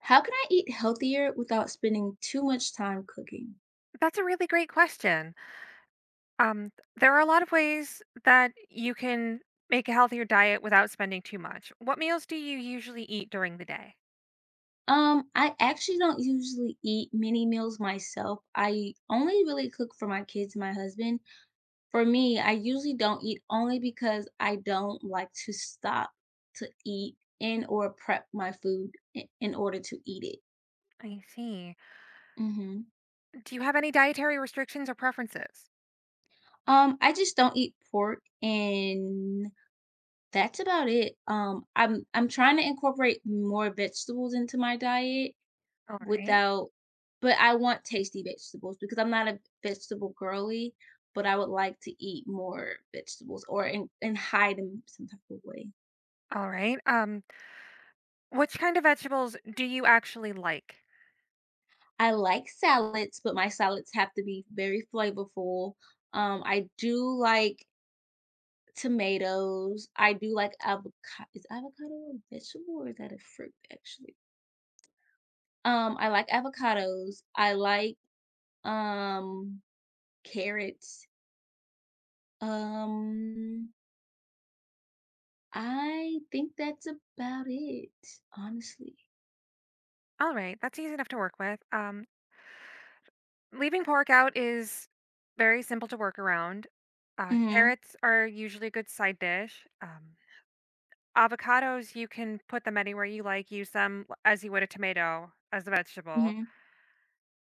How can I eat healthier without spending too much time cooking? That's a really great question. There are a lot of ways that you can make a healthier diet without spending too much. What meals do you usually eat during the day? I actually don't usually eat many meals myself. I only really cook for my kids and my husband. For me, I usually don't eat only because I don't like to stop to eat and or prep my food in order to eat it. I see. hmm Do you have any dietary restrictions or preferences? I just don't eat pork and that's about it. I'm trying to incorporate more vegetables into my diet All right. Without but I want tasty vegetables because I'm not a vegetable girly, but I would like to eat more vegetables or and hide them some type of way. All right. Which kind of vegetables do you actually like? I like salads, but my salads have to be very flavorful. I do like tomatoes. I do like avocado. Is avocado a vegetable or is that a fruit actually? I like avocados. I like um carrots. Um I think that's about it, honestly. All right. That's easy enough to work with. Leaving pork out is very simple to work around. Mhm. Carrots are usually a good side dish. Avocados, you can put them anywhere you like, use them l as you would a tomato, as a vegetable. Mhm.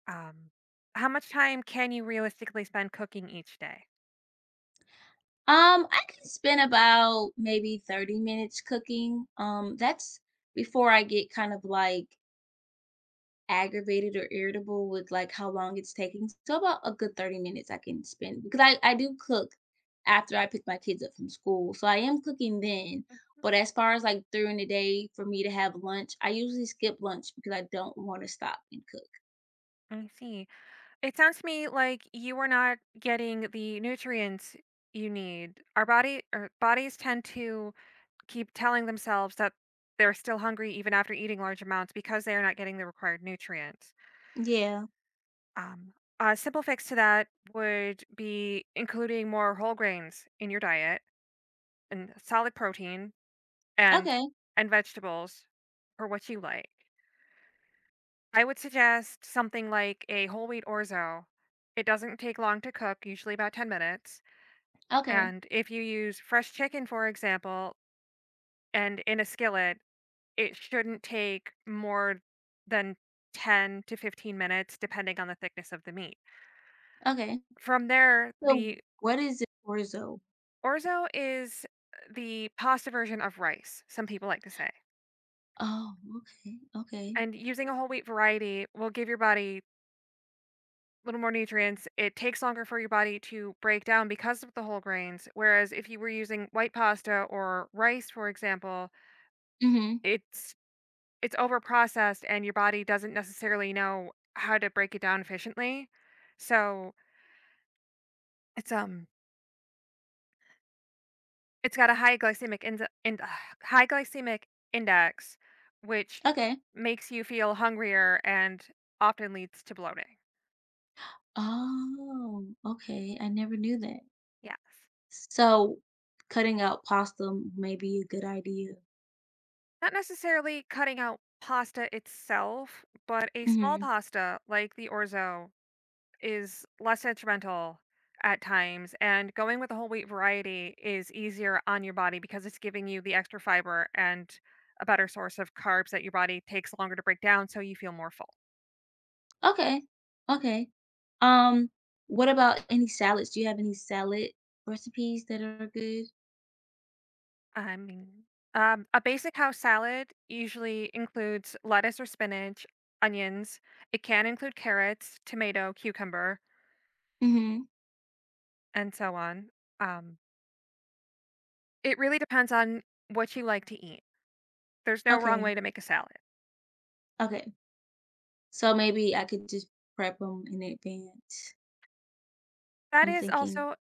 Um, how much time can you realistically spend cooking each day? I can spend about maybe 30 minutes cooking. That's before I get kind of like aggravated or irritable with like how long it's taking. So about a good 30 minutes I can spend because I do cook after I pick my kids up from school. So I am cooking then. Mm, But as far as like during the day for me to have lunch, I usually skip lunch because I don't want to stop and cook. I see. It sounds to me like you are not getting the nutrients you need. Our body or bodies tend to keep telling themselves that they're still hungry even after eating large amounts because they are not getting the required nutrients. Yeah. Um, a simple fix to that would be including more whole grains in your diet and solid protein and Okay. and vegetables for what you like. I would suggest something like a whole wheat orzo. It doesn't take long to cook, usually about 10 minutes. Okay. And if you use fresh chicken, for example, and in a skillet, it shouldn't take more than 10 to 15 minutes, depending on the thickness of the meat. Okay. From there, So the what is it orzo? orzo is the pasta version of rice, some people like to say. Oh, okay. Okay. And using a whole wheat variety will give your body a little more nutrients. It takes longer for your body to break down because of the whole grains. Whereas if you were using white pasta or rice, for example, Mhm. it's it's overprocessed and your body doesn't necessarily know how to break it down efficiently. So, it's got a high glycemic in ind high glycemic index, which Okay. makes you feel hungrier and often leads to bloating. Oh, okay. I never knew that. Yes. So cutting out pasta may be a good idea. Not necessarily cutting out pasta itself, but a small Mhm. pasta like the orzo is less detrimental at times, and going with a whole wheat variety is easier on your body because it's giving you the extra fiber and a better source of carbs that your body takes longer to break down so you feel more full. Okay. Okay. Um what about any salads? Do you have any salad recipes that are good? I mean, a basic house salad usually includes lettuce or spinach, onions. It can include carrots, tomato, cucumber, Mhm. and so on. Um, it really depends on what you like to eat. There's no wrong Okay. way to make a salad. Okay. So maybe I could just prep them in advance. That I'm is thinking. also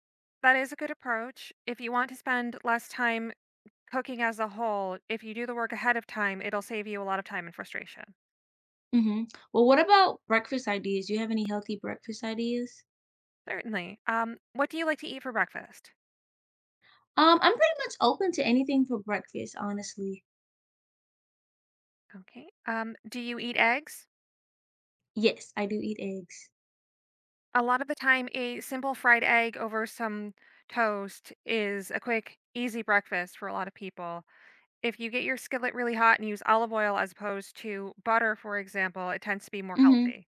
that is a good approach. If you want to spend less time cooking as a whole, if you do the work ahead of time, it'll save you a lot of time and frustration. Mhm. Well, what about breakfast ideas? Do you have any healthy breakfast ideas? Certainly. What do you like to eat for breakfast? I'm pretty much open to anything for breakfast, honestly. Okay. Do you eat eggs? Yes, I do eat eggs. A lot of the time, a simple fried egg over some toast is a quick, easy breakfast for a lot of people. If you get your skillet really hot and use olive oil as opposed to butter, for example, it tends to be more Mhm. healthy.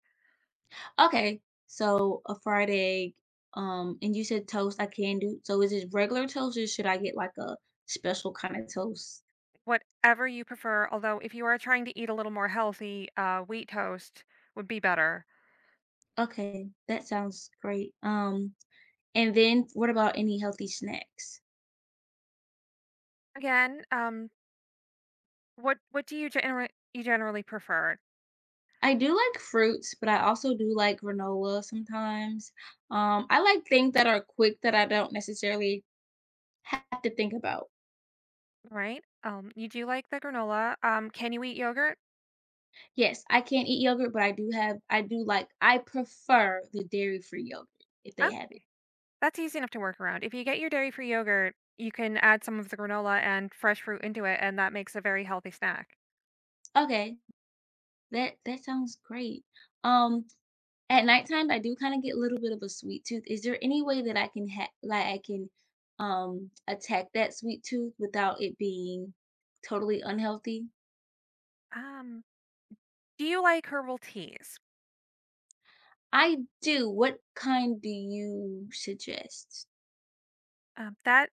Okay. So, a fried egg, and you said toast I can do. So, is it regular toast or should I get like a special kind of toast? Whatever you prefer, although if you are trying to eat a little more healthy, wheat toast would be better. Okay, that sounds great. And then what about any healthy snacks? Again, what do you generally prefer, I do like fruits, but I also do like granola sometimes. I like things that are quick that I don't necessarily have to think about. right? You do like the granola. Can you eat yogurt? Yes, I can't eat yogurt, but I do have I do like I prefer the dairy-free yogurt if they Oh, have it. that's easy enough to work around. If you get your dairy-free yogurt, you can add some of the granola and fresh fruit into it, and that makes a very healthy snack. Okay, that sounds great. Um, at nighttime I do kind of get a little bit of a sweet tooth. Is there any way that I can like I can attack that sweet tooth without it being totally unhealthy? Um, do you like herbal teas? I do. What kind do you suggest? That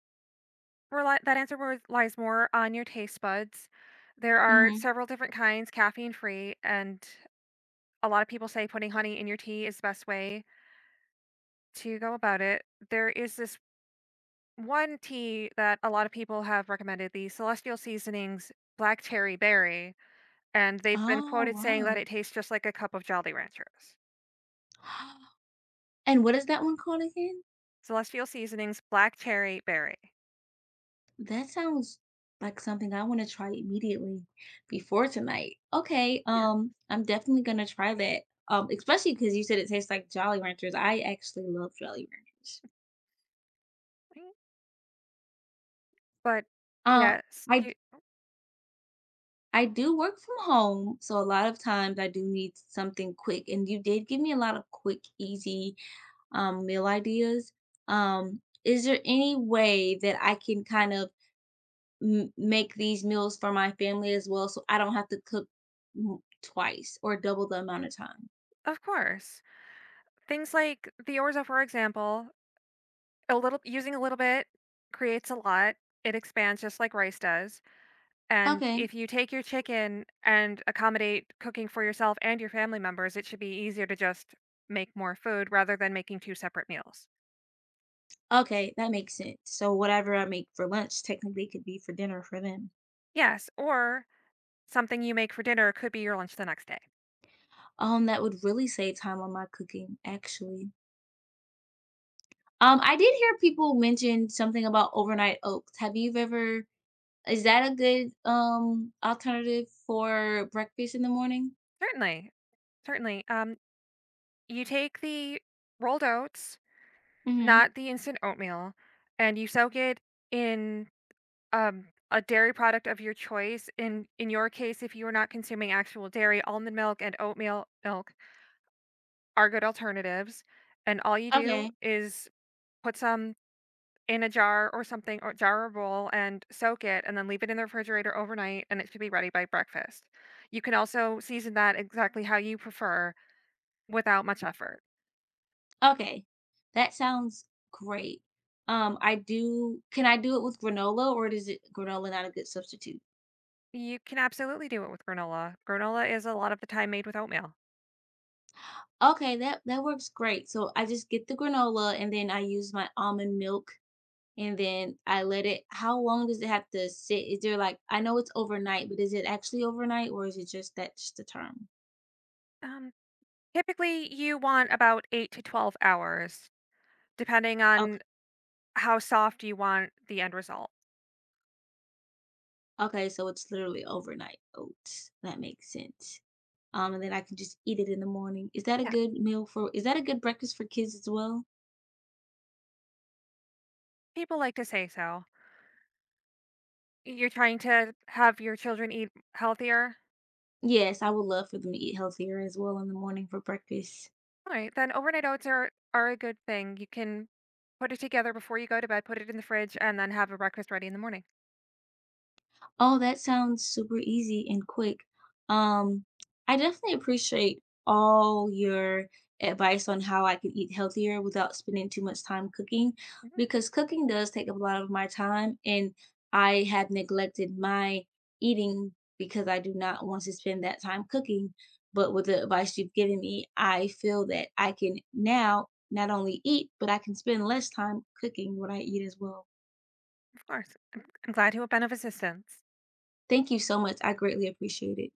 Reli that answer wer lies more on your taste buds. There are Mhm. several different kinds caffeine free, and a lot of people say putting honey in your tea is the best way to go about it. There is this one tea that a lot of people have recommended, the Celestial Seasonings Black Cherry Berry, and they've been Oh, quoted saying that wow. it tastes just like a cup of Jolly Ranchers. And what is that one called again? Celestial Seasonings Black Cherry Berry. That sounds like something I wanna try immediately before tonight. Okay, Yeah. I'm definitely gonna try that, especially because you said it tastes like Jolly Ranchers. I actually love Jolly Ranchers. Mhm. But Uh, yes, I y do work from home, so a lot of times I do need something quick, and you did give me a lot of quick, easy meal ideas. Is there any way that I can kind of make these meals for my family as well so I don't have to cook twice or double the amount of time? Of course. Things like the orzo, for example. A little using a little bit creates a lot. It expands just like rice does, and Okay. if you take your chicken and accommodate cooking for yourself and your family members, it should be easier to just make more food rather than making two separate meals. Okay, that makes sense. So whatever I make for lunch technically could be for dinner for them. Yes, or something you make for dinner could be your lunch the next day. That would really save time on my cooking, actually. I did hear people mention something about overnight oats. Have you ever is that a good alternative for breakfast in the morning? Certainly, certainly. You take the rolled oats, Mm-hmm. not the instant oatmeal, and you soak it in a dairy product of your choice. In your case, if you are not consuming actual dairy, almond milk and oatmeal milk are good alternatives. And all you do Okay, is put some in a jar or something, or jar or bowl, and soak it and then leave it in the refrigerator overnight, and it should be ready by breakfast. You can also season that exactly how you prefer without much effort. okay. That sounds great. I do can I do it with granola or is it granola not a good substitute? You can absolutely do it with granola. Granola is a lot of the time made with oatmeal. Okay, that works great. So I just get the granola and then I use my almond milk and then I let it how long does it have to sit? Is there like I know it's overnight, but is it actually overnight or is it just that's just the term? Um, typically you want about 8 to 12 hours, depending on Okay. how soft you want the end result. Okay, so it's literally overnight oats. That makes sense. And then I can just eat it in the morning. Yeah, Is that a good breakfast for kids as well? people like to say so. You're trying to have your children eat healthier? Yes, I would love for them to eat healthier as well in the morning for breakfast. Alright, then overnight oats are a good thing. You can put it together before you go to bed, put it in the fridge, and then have a breakfast ready in the morning. Oh, that sounds super easy and quick. Um, I definitely appreciate all your advice on how I can eat healthier without spending too much time cooking Mhm, because cooking does take up a lot of my time and I had neglected my eating because I do not want to spend that time cooking. But with the advice you've given me, I feel that I can now not only eat, but I can spend less time cooking what I eat as well. of course. I'm glad to have been of assistance. Thank you so much. I greatly appreciate it.